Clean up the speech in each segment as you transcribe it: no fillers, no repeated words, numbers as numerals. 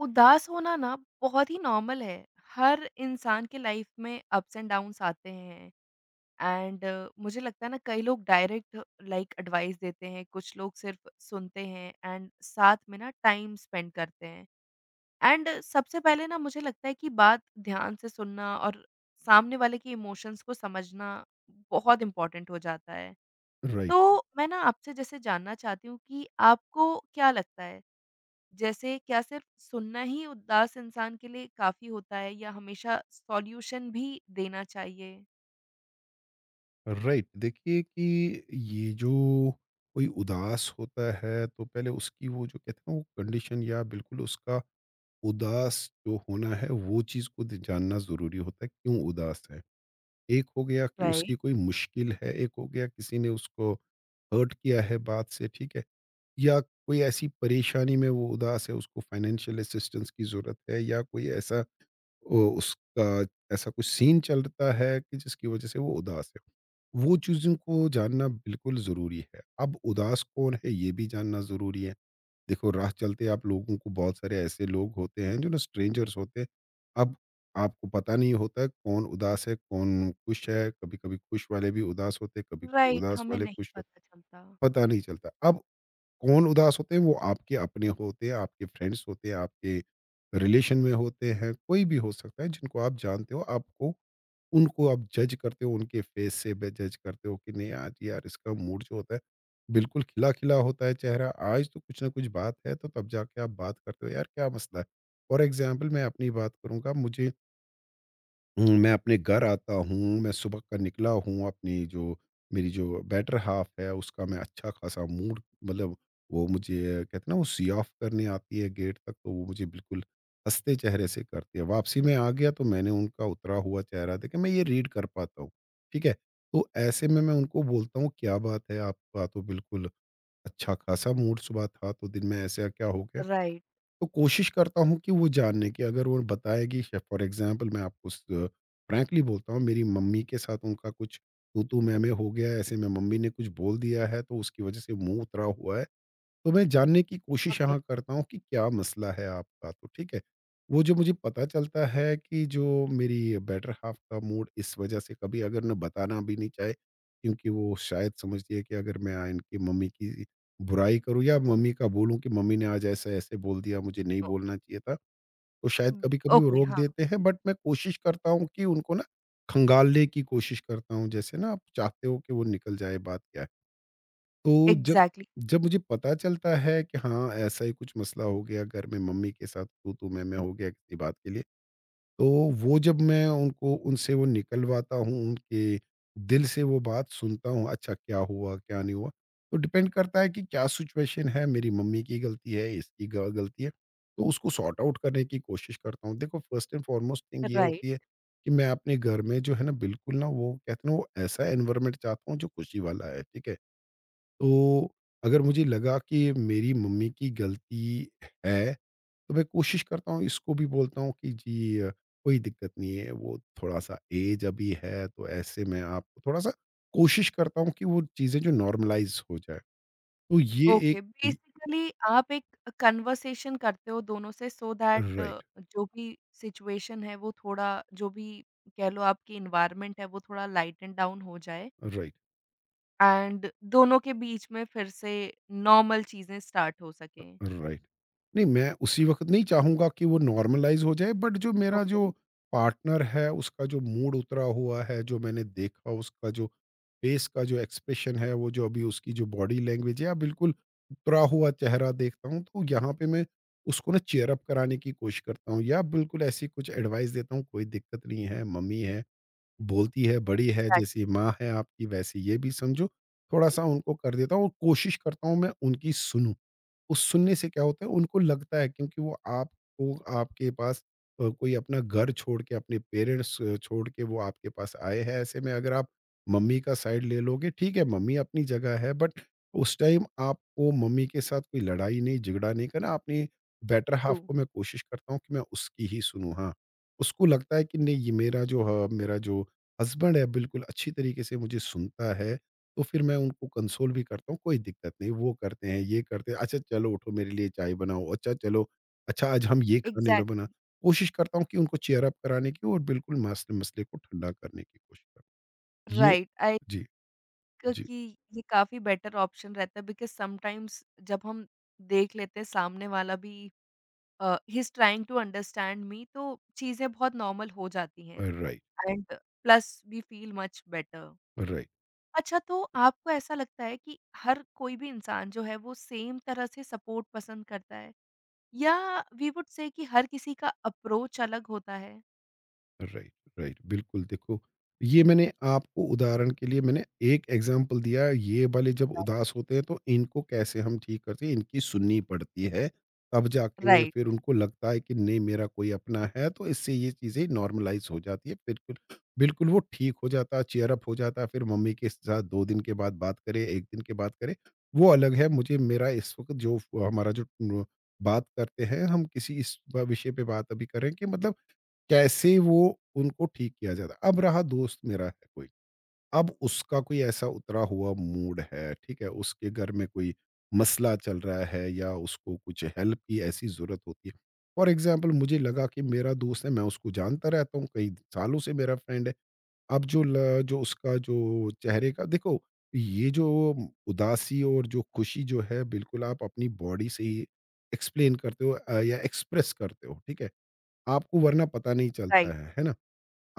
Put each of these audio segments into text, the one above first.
उदास होना ना बहुत ही नॉर्मल है। हर इंसान के लाइफ में अप्स एंड डाउन्स आते हैं एंड मुझे लगता है ना कई लोग डायरेक्ट लाइक एडवाइस देते हैं, कुछ लोग सिर्फ़ सुनते हैं एंड साथ में ना टाइम स्पेंड करते हैं। एंड सबसे पहले ना मुझे लगता है कि बात ध्यान से सुनना और सामने वाले के इमोशंस को समझना बहुत इम्पोर्टेंट हो जाता है। राइट तो मैं ना आपसे जैसे जानना चाहती हूँ कि आपको क्या लगता है जैसे क्या सिर्फ सुनना ही उदास इंसान के लिए काफ़ी होता है या हमेशा सॉल्यूशन भी देना चाहिए? राइट देखिए कि ये जो कोई उदास होता है तो पहले उसकी वो जो कहते हैं ना वो कंडीशन या बिल्कुल उसका उदास जो होना है वो चीज़ को जानना ज़रूरी होता है क्यों उदास है। एक हो गया कि उसकी राइट, कोई मुश्किल है, एक हो गया किसी ने उसको हर्ट किया है बात से, ठीक है? या कोई ऐसी परेशानी में वो उदास है, उसको फाइनेंशियल असिस्टेंस की ज़रूरत है, या कोई ऐसा उसका ऐसा कुछ सीन चलता है कि जिसकी वजह से वो उदास है। वो चीज़ों को जानना बिल्कुल ज़रूरी है। अब उदास कौन है ये भी जानना ज़रूरी है। देखो, राह चलते आप लोगों को बहुत सारे ऐसे लोग होते हैं जो ना स्ट्रेंजर्स होते हैं। अब आपको पता नहीं होता है कौन उदास है, कौन खुश है। कभी-कभी खुश वाले भी उदास होते हैं, कभी कभी राइट। उदास हमें वाले नहीं खुश होते पता हैं, चलता। पता नहीं चलता। अब कौन उदास होते हैं वो आपके अपने होते हैं, आपके फ्रेंड्स होते हैं, आपके रिलेशन में होते हैं, कोई भी हो सकता है जिनको आप जानते हो। आपको उनको आप जज करते हो, उनके फेस से जज करते हो कि नहीं आज यार इसका मूड जो होता है बिल्कुल खिला खिला होता है चेहरा, आज तो कुछ ना कुछ बात है, तो तब जाके आप बात करते हो यार क्या मसला है। फॉर एग्जाम्पल मैं अपनी बात करूंगा। मैं अपने घर आता हूँ, मैं सुबह का निकला हूँ, अपनी जो मेरी जो बेटर हाफ़ है, उसका मैं अच्छा ख़ासा मूड, मतलब वो मुझे कहते हैं ना, वो सी ऑफ करने आती है गेट तक, तो वो मुझे बिल्कुल हँसते चेहरे से करती है। वापसी में आ गया, तो मैंने उनका उतरा हुआ चेहरा देखा, मैं ये रीड कर पाता हूँ, ठीक है? तो ऐसे में मैं उनको बोलता हूँ, "क्या बात है? आपका तो बिल्कुल अच्छा-ख़ासा मूड सुबह था, तो दिन में ऐसा क्या हो गया?" राइट, तो कोशिश करता हूँ कि वो जानने की, अगर वो बताएगी। फॉर एग्जाम्पल मैं आपको फ्रैंकली बोलता हूँ, मेरी मम्मी के साथ उनका कुछ तू तू मैं हो गया, ऐसे में मम्मी ने कुछ बोल दिया है तो उसकी वजह से मुंह उतरा हुआ है। तो मैं जानने की कोशिश ओके। यहाँ करता हूँ कि क्या मसला है आपका, तो ठीक है। वो जो मुझे पता चलता है कि जो मेरी बेटर हाल्फ का मूड इस वज़ह से, कभी अगर ना बताना भी नहीं चाहे, क्योंकि वो शायद समझती है कि अगर मैं आ इनकी मम्मी की बुराई करूँ या मम्मी का बोलूँ कि मम्मी ने आज ऐसे-ऐसे बोल दिया, मुझे नहीं तो बोलना चाहिए था। तो शायद उम, कभी-कभी वो ओके, रोक हाँ, देते हैं, बट मैं कोशिश करता हूँ कि उनको ना खंगालने की कोशिश करता हूँ। जैसे ना आप चाहते हो कि वो निकल जाए, बात क्या है। तो जब एग्ज़ैक्टली। जब मुझे पता चलता है कि हाँ, ऐसा ही कुछ मसला हो गया घर में, मम्मी के साथ तू-तू, मैं-मैं हो गया किसी बात के लिए, तो वो जब मैं उनको उनसे वो निकलवाता हूँ, उनके दिल से वो बात सुनता हूँ, अच्छा क्या हुआ, क्या नहीं हुआ? तो डिपेंड करता है कि क्या सिचुएशन है, मेरी मम्मी की गलती है, इसकी ग गलती है, तो उसको सॉर्ट आउट करने की कोशिश करता हूँ। देखो, फर्स्ट एंड फॉरमोस्ट थिंग ये राइट। होती है कि मैं अपने घर में जो है ना बिल्कुल ना वो कहते हैं ना वो ऐसा एनवायरनमेंट चाहता हूँ जो खुशी वाला है, ठीक है? तो अगर मुझे लगा कि मेरी मम्मी की गलती है, तो मैं कोशिश करता हूँ, इसको भी बोलता हूँ कि जी कोई दिक्कत नहीं है, वो थोड़ा-सा ऐज अभी है, तो ऐसे में आप थोड़ा-सा कोशिश करता हूँ कि वो चीज़ें जो नॉर्मलाइज़ हो जाए। तो ये एक ओके, इ बेसिकली आप एक कन्वर्सेशन करते हो दोनों से सो दैट राइट, जो भी सिचुएशन है वो थोड़ा जो भी कह लो आपकी एनवायरनमेंट है वो थोड़ा लाइटन डाउन हो जाए राइट, एंड दोनों के बीच में फिर से नॉर्मल चीज़ें स्टार्ट हो सकें। राइट। नहीं, मैं उसी वक़्त नहीं चाहूँगा कि वो नॉर्मलाइज़ हो जाए, बट जो मेरा ओके, जो पार्टनर है उसका जो मूड उतरा हुआ है, जो मैंने देखा उसका जो फेस का जो एक्सप्रेशन है, वो जो अभी उसकी जो बॉडी लैंग्वेज है या बिल्कुल उतरा हुआ चेहरा देखता हूँ, तो यहाँ पे मैं उसको ना चीयर अप कराने की कोशिश करता हूँ या बिल्कुल ऐसी कुछ एडवाइस देता हूँ, कोई दिक्कत नहीं है, मम्मी है, बोलती है, बड़ी है, एग्ज़ैक्टली, जैसी माँ है आपकी वैसे ये भी समझो। थोड़ा-सा उनको कर देता हूँ और कोशिश करता हूँ मैं उनकी सुनूँ। उस सुनने से क्या होता है, उनको लगता है, क्योंकि वो आपको आपके पास कोई अपना घर छोड़ के, अपने पेरेंट्स छोड़ के वो आपके पास आए हैं, ऐसे में अगर आप मम्मी का साइड ले लोगे, ठीक है मम्मी अपनी जगह है, बट उस टाइम आपको मम्मी के साथ कोई लड़ाई नहीं, झगड़ा नहीं करना, आपने बेटर ट्रू, हाफ को मैं कोशिश करता हूँ कि मैं उसकी ही सुनूँ, हाँ। उसको लगता है कि नहीं ये मेरा जो मेरा जो हस्बैंड है बिल्कुल अच्छी तरीके से मुझे सुनता है। तो फिर मैं उनको कंसोल भी करता हूँ, कोई दिक्कत नहीं, वो करते हैं, ये करते हैं, अच्छा चलो उठो मेरे लिए चाय बनाओ, अच्छा चलो, अच्छा आज हम ये खाने में बना। एग्ज़ैक्टली, कोशिश करता हूँ कि उनको चीयर अप कराने की और बिल्कुल मस मसले को ठंडा करने की कोशिश करता हूँ। ये राइट आई जी, थिंक जी। कि ये काफ़ी बेटर ऑप्शन रहता है बिकॉज़ समटाइम्स जब हम देख लेते हैं सामने वाला भी ही is trying to understand me तो चीज़ें बहुत नॉर्मल हो जाती हैं right, and plus we feel much better. Right. अच्छा तो आपको ऐसा लगता है कि हर कोई भी इंसान जो है वो सेम तरह से सपोर्ट पसंद करता है या वी वुड से कि हर किसी का अप्रोच अलग होता है? Right right. बिल्कुल देखो, ये मैंने आपको उदाहरण के लिए मैंने एक एग्जांपल दिया। ये वाले जब उदास होते हैं तो इनको कैसे हम ठीक करते हैं, इनकी सुननी पड़ती है, तब जाके राइट, फिर उनको लगता है कि नहीं मेरा कोई अपना है, तो इससे ये चीज़ें नॉर्मलाइज हो जाती है, बिल्कुल बिल्कुल वो ठीक हो जाता है, चेयर अप हो जाता है। फिर मम्मी के साथ दो दिन के बाद बात करे, एक दिन के बाद करे, वो अलग है। मुझे मेरा इस वक्त जो हमारा जो बात करते हैं हम, किसी इस विषय पे बात अभी करें कि मतलब कैसे वो उनको ठीक किया जाता है। अब रहा दोस्त मेरा है कोई, अब उसका कोई ऐसा उतरा हुआ मूड है, ठीक है? उसके घर में कोई मसला चल रहा है या उसको कुछ हेल्प की ऐसी ज़रूरत होती है। फॉर एग्ज़ाम्पल मुझे लगा कि मेरा दोस्त है, मैं उसको जानता रहता हूँ, कई सालों से मेरा फ्रेंड है। अब जो ल जो उसका जो चेहरे का देखो, ये जो उदासी और जो खुशी जो है, बिल्कुल आप अपनी बॉडी से ही एक्सप्लेन करते हो या एक्सप्रेस करते हो, ठीक है? आपको वरना पता नहीं चलता राइट। है ना?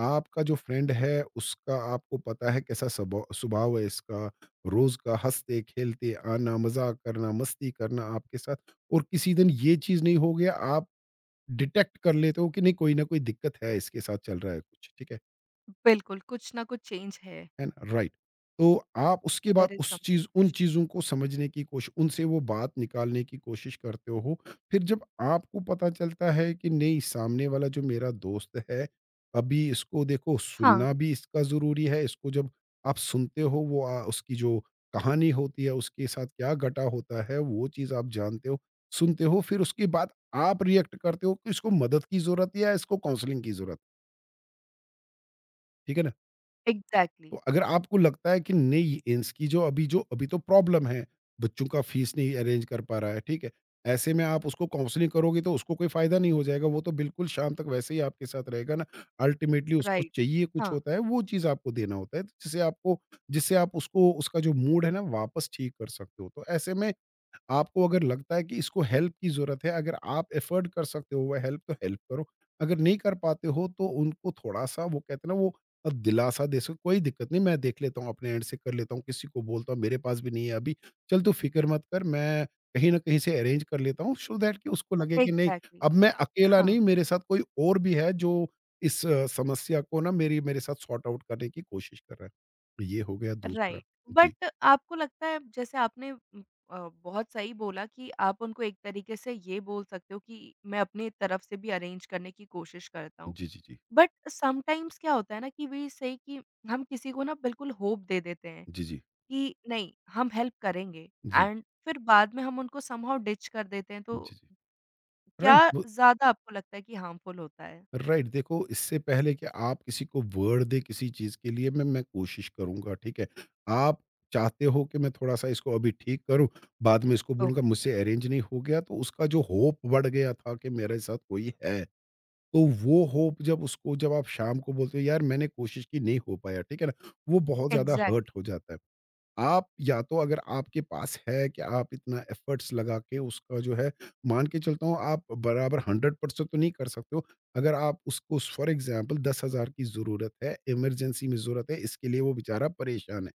आपका जो फ्रेंड है उसका आपको पता है कैसा स्वभाव है इसका, रोज का हंसते खेलते आना, मजाक करना, मस्ती करना आपके साथ, और किसी दिन ये चीज नहीं हो गया, आप डिटेक्ट कर लेते हो कि नहीं कोई ना कोई दिक्कत है, इसके साथ चल रहा है कुछ, ठीक बिल्कुल, कुछ ना कुछ चेंज है, है ना? राइट। तो आप उसके बाद देयर इज़ सम उस चीज़ उन सिचुएशन। चीज़ों को समझने की कोशिश, उनसे वो बात निकालने की कोशिश करते हो। फिर जब आपको पता चलता है कि नहीं सामने वाला जो मेरा दोस्त है, अभी इसको देखो हाँ, सुनना भी इसका ज़रूरी है, इसको जब आप सुनते हो वो उसकी जो कहानी होती है, उसके साथ क्या घटा होता है, वो चीज़ आप जानते हो, सुनते हो, फिर उसके बाद आप रिएक्ट करते हो कि इसको मदद की ज़रूरत है या इसको काउंसलिंग की ज़रूरत है। ठीक है ना? एग्ज़ैक्टली, तो अगर आपको लगता है कि नहीं इसकी जो अभी तो प्रॉब्लम है, बच्चों का फीस नहीं अरेंज कर पा रहा है, ठीक है? ऐसे में आप उसको काउंसलिंग करोगे तो उसको कोई फ़ायदा नहीं हो जाएगा, वो तो बिल्कुल शाम तक वैसे ही आपके साथ रहेगा ना। अल्टीमेटली उसको राइट। चाहिए कुछ हाँ, होता है, वो चीज़ आपको देना होता है, जिससे आपको, जिससे आप उसको उसका जो मूड है ना वापस ठीक कर सकते हो। तो ऐसे में आपको अगर लगता है कि इसको हेल्प की ज़रूरत है, अगर आप अफ़ोर्ड कर सकते हो वो हेल्प, तो हेल्प करो। अगर नहीं कर पाते हो तो उनको थोड़ा-सा, वो कहते हैं ना वो दिलासा दे सको, कोई दिक्कत नहीं मैं देख लेता हूँ, अपने एंड से कर लेता हूँ, किसी को बोलता हूँ, मेरे पास भी नहीं है अभी, चल तू फ़िक्र मत कर, मैं कहीं न कहीं से अरेंज कर लेता हूँ, सो दैट कि उसको लगे कि नहीं एग्ज़ैक्टली, अब मैं अकेला हाँ, नहीं, मेरे साथ कोई और भी है जो इस समस्या को ना मेरी मेरे साथ सॉर्ट आउट करने की कोशिश कर रहा है। ये हो गया दूसरा। राइट। जी। बट आपको लगता है जैसे आपने बहुत सही बोला कि आप उनको एक तरीके से ये बोल सकते हो कि मैं अपनी तरफ से भी अरेंज करने की कोशिश करता हूँ। जी, जी, जी। बट समटाइम्स क्या होता है ना कि वी से कि हम किसी को ना बिल्कुल होप दे देते हैं जी, जी। कि नहीं, हम हेल्प करेंगे जी, एंड फिर बाद में हम उनको समहाउ डिच कर देते हैं तो जी, जी। क्या राइट वो ज़्यादा आपको लगता है कि हार्मफुल होता है? राइट, देखो इससे पहले कि आप किसी को वर्ड दे किसी चीज़ के लिए, मैं कोशिश करूँगा ठीक है, आप चाहते हो कि मैं थोड़ा सा इसको अभी ठीक करूँ, बाद में इसको बोलूँगा ओके, मुझसे अरेंज नहीं हो गया, तो उसका जो होप बढ़ गया था कि मेरे साथ कोई है, तो वो होप जब उसको, जब आप शाम को बोलते हो यार मैंने कोशिश की नहीं हो पाया, ठीक है ना वो बहुत ज़्यादा हर्ट एग्ज़ैक्टली, हो जाता है। आप या तो अगर आपके पास है कि आप इतना एफर्ट्स लगा के उसका जो है, मान के चलता हूँ आप बराबर 100% तो नहीं कर सकते हो। अगर आप उसको स फॉर एग्ज़ाम्पल 10,000 की ज़रूरत है, इमरजेंसी में ज़रूरत है, इसके लिए वो बेचारा परेशान है।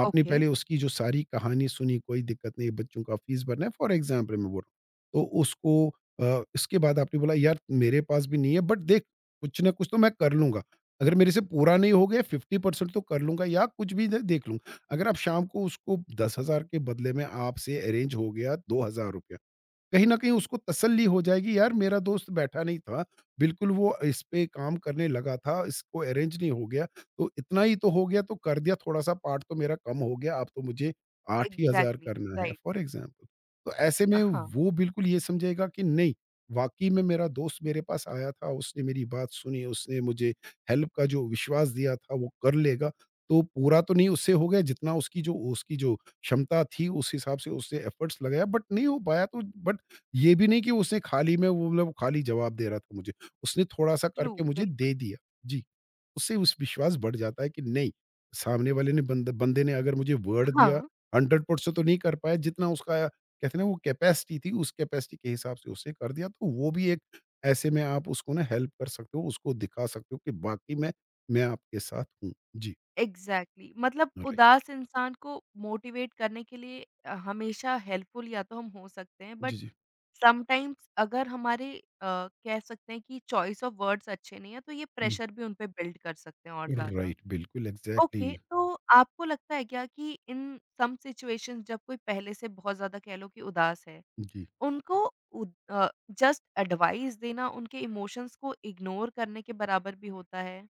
आपने ओके, पहले उसकी जो सारी कहानी सुनी, कोई दिक्कत नहीं, बच्चों का फीस भरना है फॉर एग्ज़ाम्पल मैं बोल रहा हूँ। तो उसको इसके बाद आपने बोला यार मेरे पास भी नहीं है बट देख कुछ ना कुछ तो मैं कर लूँगा। अगर मेरे से पूरा नहीं हो गया 50% तो कर लूँगा या कुछ भी दे देख लूँगा। अगर आप शाम को उसको 10,000 के बदले में आपसे अरेंज हो गया ₹2,000, कहीं न कहीं उसको तसल्ली हो जाएगी यार मेरा दोस्त बैठा नहीं था। बिल्कुल वो इस पे काम करने लगा था, इसको अरेंज नहीं हो गया। तो इतना ही तो हो गया तो कर दिया थोड़ा-सा पार्ट तो मेरा कम हो गया, अब तो मुझे 8,000 एग्ज़ैक्टली, करना है राइट। For example. तो ऐसे में हाँ, वो बिल्कुल ये समझेगा कि नहीं, वाक़ई में मेरा दोस्त मेरे पास आया था, उसने मेरी बात सुनी, उसने मुझे हेल्प का जो विश्वास दिया था वो कर लेगा। तो पूरा तो नहीं उससे हो गया जितना उसकी जो क्षमता थी, उस हिसाब से उसने एफर्ट्स लगाया बट नहीं हो पाया, तो बट ये भी नहीं कि उसने खाली में वो मतलब खाली जवाब दे रहा था मुझे। उसने थोड़ा-सा ट्रू, करके मुझे बिल्कुल। दे दिया। जी, उससे उस विश्वास बढ़ जाता है कि नहीं, सामने वाले ने बंदे ने अगर मुझे वर्ड दिया, हाँ, 100% तो नहीं कर पाया जितना उसका कहते हैं ना वो कैपेसिटी थी, उस कैपेसिटी के हिसाब से उसने कर दिया। तो वो भी एक ऐसे में आप उसको ना हेल्प कर सकते हो, उसको दिखा सकते हो कि वाक़ई में मैं आपके साथ हूँ। जी। एग्ज़ैक्टली मतलब राइट। उदास इंसान को मोटिवेट करने के लिए हमेशा हेल्पफुल या तो हम हो सकते हैं, बट जी, जी। समटाइम्स अगर हमारे कह सकते हैं कि चॉइस ऑफ वर्ड्स अच्छे नहीं है, तो ये हुँ। प्रेशर भी उन पे बिल्ड कर सकते हैं और ज़्यादा। राइट, बिल्कुल, एग्ज़ैक्टली। ओके, तो आपको लगता है क्या कि इन सम सिचुएशंस जब कोई पहले से बहुत ज़्यादा कह लो कि उदास है जी। उनको जस्ट एडवाइस देना उनके इमोशंस को इग्नोर करने के बराबर भी होता है।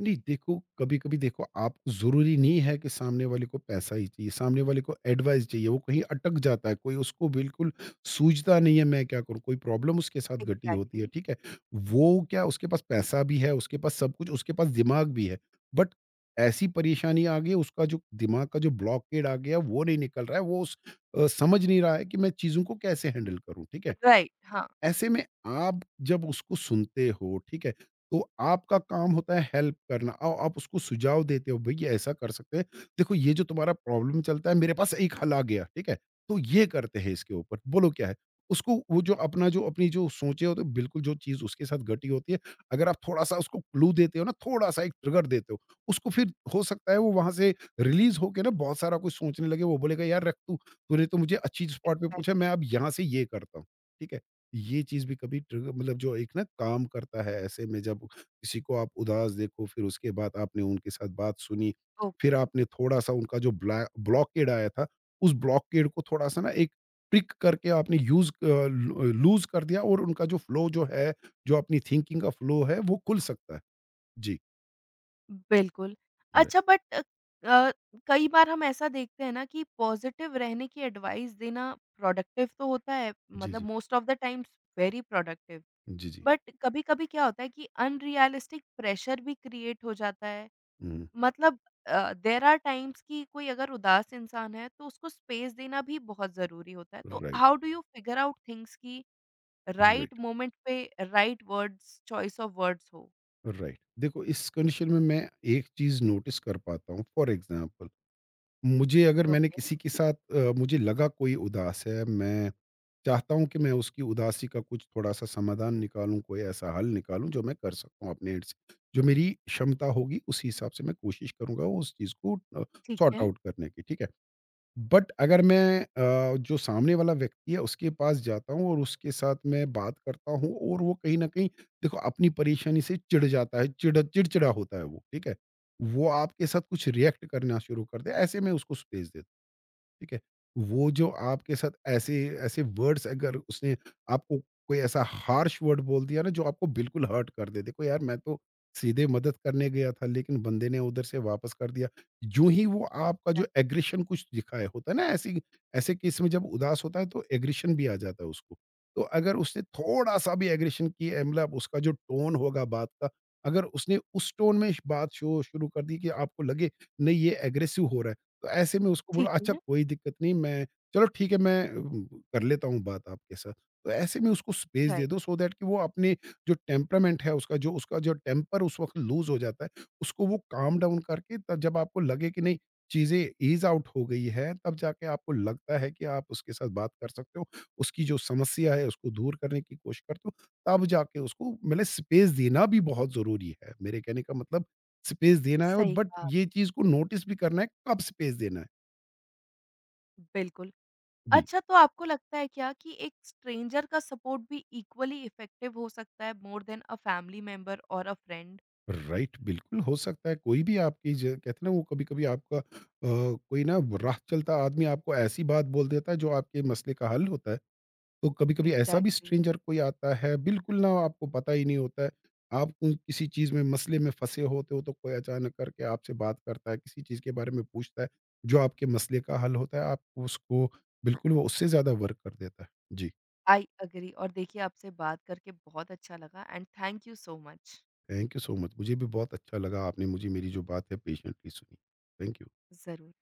नहीं देखो, कभी-कभी देखो आप ज़रूरी नहीं है कि सामने वाले को पैसा ही चाहिए, सामने वाले को एडवाइस चाहिए, वो कहीं अटक जाता है, कोई उसको बिल्कुल सूझता नहीं है मैं क्या करूँ, कोई प्रॉब्लम उसके साथ घटी होती है, एग्ज़ैक्टली। ठीक है? वो क्या उसके पास पैसा भी है, उसके पास सब कुछ, उसके पास दिमाग भी है, बट ऐसी परेशानी आ गई उसका जो दिमाग का जो ब्लॉकेड आ गया वो नहीं निकल रहा है, वो उस समझ नहीं रहा है कि मैं चीज़ों को कैसे हैंडल करूँ, ठीक है? राइट, हाँ। ऐसे में आप जब उसको सुनते हो, ठीक है? तो आपका काम होता है हेल्प करना और आप उसको सुझाव देते हो, "भई, ये ऐसा कर सकते हैं। देखो, ये जो तुम्हारा प्रॉब्लम चलता है, मेरे पास एक हल आ गया, ठीक है? तो ये करते हैं इसके ऊपर।" बोलो क्या है? उसको वो जो अपनी जो सोचे होते हैं, बिल्कुल जो चीज़ उसके साथ घटी होती है, अगर आप थोड़ा-सा उसको क्लू देते हो ना, थोड़ा-सा एक ट्रिगर देते हो, उसको फिर हो सकता है वो वहाँ से रिलीज़ होके ना बहुत सारा कुछ सोचने लगे। वो बोलेगा, "यार, रख तू, तूने तो मुझे अच्छी स्पॉट पे पूछा, मैं एग्ज़ैक्टली, अब यहाँ से ये करता हूँ।" ठीक है? ये चीज़ भी कभी ट्रिगर मतलब जो एक ना काम करता है ऐसे में जब किसी को आप उदास देखो फिर उसके बाद आपने उनके साथ बात सुनी, ओके। फिर आपने थोड़ा सा उनका जो ब्लैक ब्लॉकेड आया था उस ब्लॉकेड को थोड़ा सा ना एक ट्रिक करके आपने यूज लूज कर दिया और उनका जो फ्लो जो है, जो अपनी थिंकिंग का फ्लो है वो खुल सकता है। जी। बिल्कुल। राइट। अच्छा बट अ, कई बार हम ऐसा देखते हैं ना कि पॉज़िटिव रहने की एडवाइस देना प्रोडक्टिव तो होता है, जी, मतलब जी। Most of the times very productive. जी, जी। बट कभी-कभी क्या होता है कि अनरियलिस्टिक प्रेशर भी क्रिएट हो जाता है। हम्म। मतलब देयर आर टाइम्स कि कोई अगर उदास इंसान है तो उसको स्पेस देना भी बहुत ज़रूरी होता है। तो right. How do you figure out things कि राइट राइट मोमेंट पे right words choice of words हो? राइट देखो इस कंडीशन में मैं एक चीज नोटिस कर पाता हूँ फॉर एग्जाम्पल, मुझे अगर मैंने ओके, किसी के साथ मुझे लगा कोई उदास है, मैं चाहता हूँ कि मैं उसकी उदासी का कुछ थोड़ा-सा समाधान निकालूँ, कोई ऐसा हल निकालूँ जो मैं कर सकता हूँ अपने एंड से। जो मेरी क्षमता होगी उसी हिसाब से मैं कोशिश करूँगा उस चीज़ को ठीक सॉर्ट है। आउट करने की, ठीक है? बट अगर मैं जो सामने वाला व्यक्ति है उसके पास जाता हूँ और उसके साथ मैं बात करता हूँ और वो कहीं ना कहीं देखो अपनी परेशानी से चिढ़ जाता है चिड़चिड़ा होता है वो, ठीक है। वो आपके साथ कुछ रिएक्ट करना शुरू कर दे, ऐसे में उसको स्पेस देता हूं। ठीक है? वो जो आपके साथ ऐसे ऐसे वर्ड्स अगर उसने आपको कोई ऐसा हार्श वर्ड बोल दिया ना जो आपको बिल्कुल हर्ट कर दे। देखो यार मैं तो सीधे मदद करने गया था लेकिन बंदे ने उधर से वापस कर दिया। यूँ ही वो आपका जो एग्ज़ैक्टली। एग्रीशन कुछ दिखाया होता है ना, ऐसी ऐसे केस में जब उदास होता है तो एग्रीशन भी आ जाता है उसको। तो अगर उसने थोड़ा-सा भी एग्रीशन किया मतलब उसका जो टोन होगा बात का, अगर उसने उस टोन में बात शो शुरू कर दी कि आपको लगे नहीं ये एग्रेसिव हो रहा है। तो ऐसे में उसको बोलो ठीक अच्छा है, कोई दिक्कत नहीं, मैं चलो ठीक है मैं कर लेता हूँ बात आपके साथ। तो ऐसे में उसको स्पेस दे राइट, दो सो दैट कि वो अपने जो टेम्परामेंट है उसका जो टेम्पर उस वक़्त लूज़ हो जाता है, उसको वो काम डाउन करके तब जब आपको लगे कि नहीं चीज़ें ईज़ आउट हो गई है, तब जाके आपको लगता है कि आप उसके साथ बात कर सकते हो। उसकी जो समस्या है उसको दूर करने की कोशिश करते हो, तब जाके उसको मतलब स्पेस देना भी बहुत ज़रूरी है। मेरे कहने का मतलब स्पेस देना है और सही बट कहा ये आपने, चीज़ को नोटिस भी करना है, कब स्पेस देना है। बिल्कुल। जी। अच्छा तो आपको लगता है क्या कि एक स्ट्रेंजर का सपोर्ट भी इक्वली इफ़ेक्टिव हो सकता है more than a family member और अ फ्रेंड? राइट, बिल्कुल हो सकता है कोई भी आपकी ज कहते हैं ना वो कभी-कभी आपका कोई ना, राह चलता आदमी आपको ऐसी बात बोल देता है जो आपके मसले का हल होता है। तो कभी-कभी ऐसा भी एग्ज़ैक्टली। स्ट्रेंजर कोई आता है, बिल्कुल ना आपको पता ही नहीं होता है। आप कोई किसी चीज़ में मसले में फँसे होते हो तो कोई अचानक करके आपसे बात करता है, किसी चीज़ के बारे में पूछता है, जो आपके मसले का हल होता है, आप उसको बिल्कुल वो उससे ज़्यादा वर्क कर देता है। जी। आई एग्री और देखिए आपसे बात करके बहुत अच्छा लगा and thank you so much. Thank you so much, मुझे भी बहुत अच्छा लगा आपने मुझे मेरी जो बात है पेशेंटली सुनी। Thank you. ज़रूर।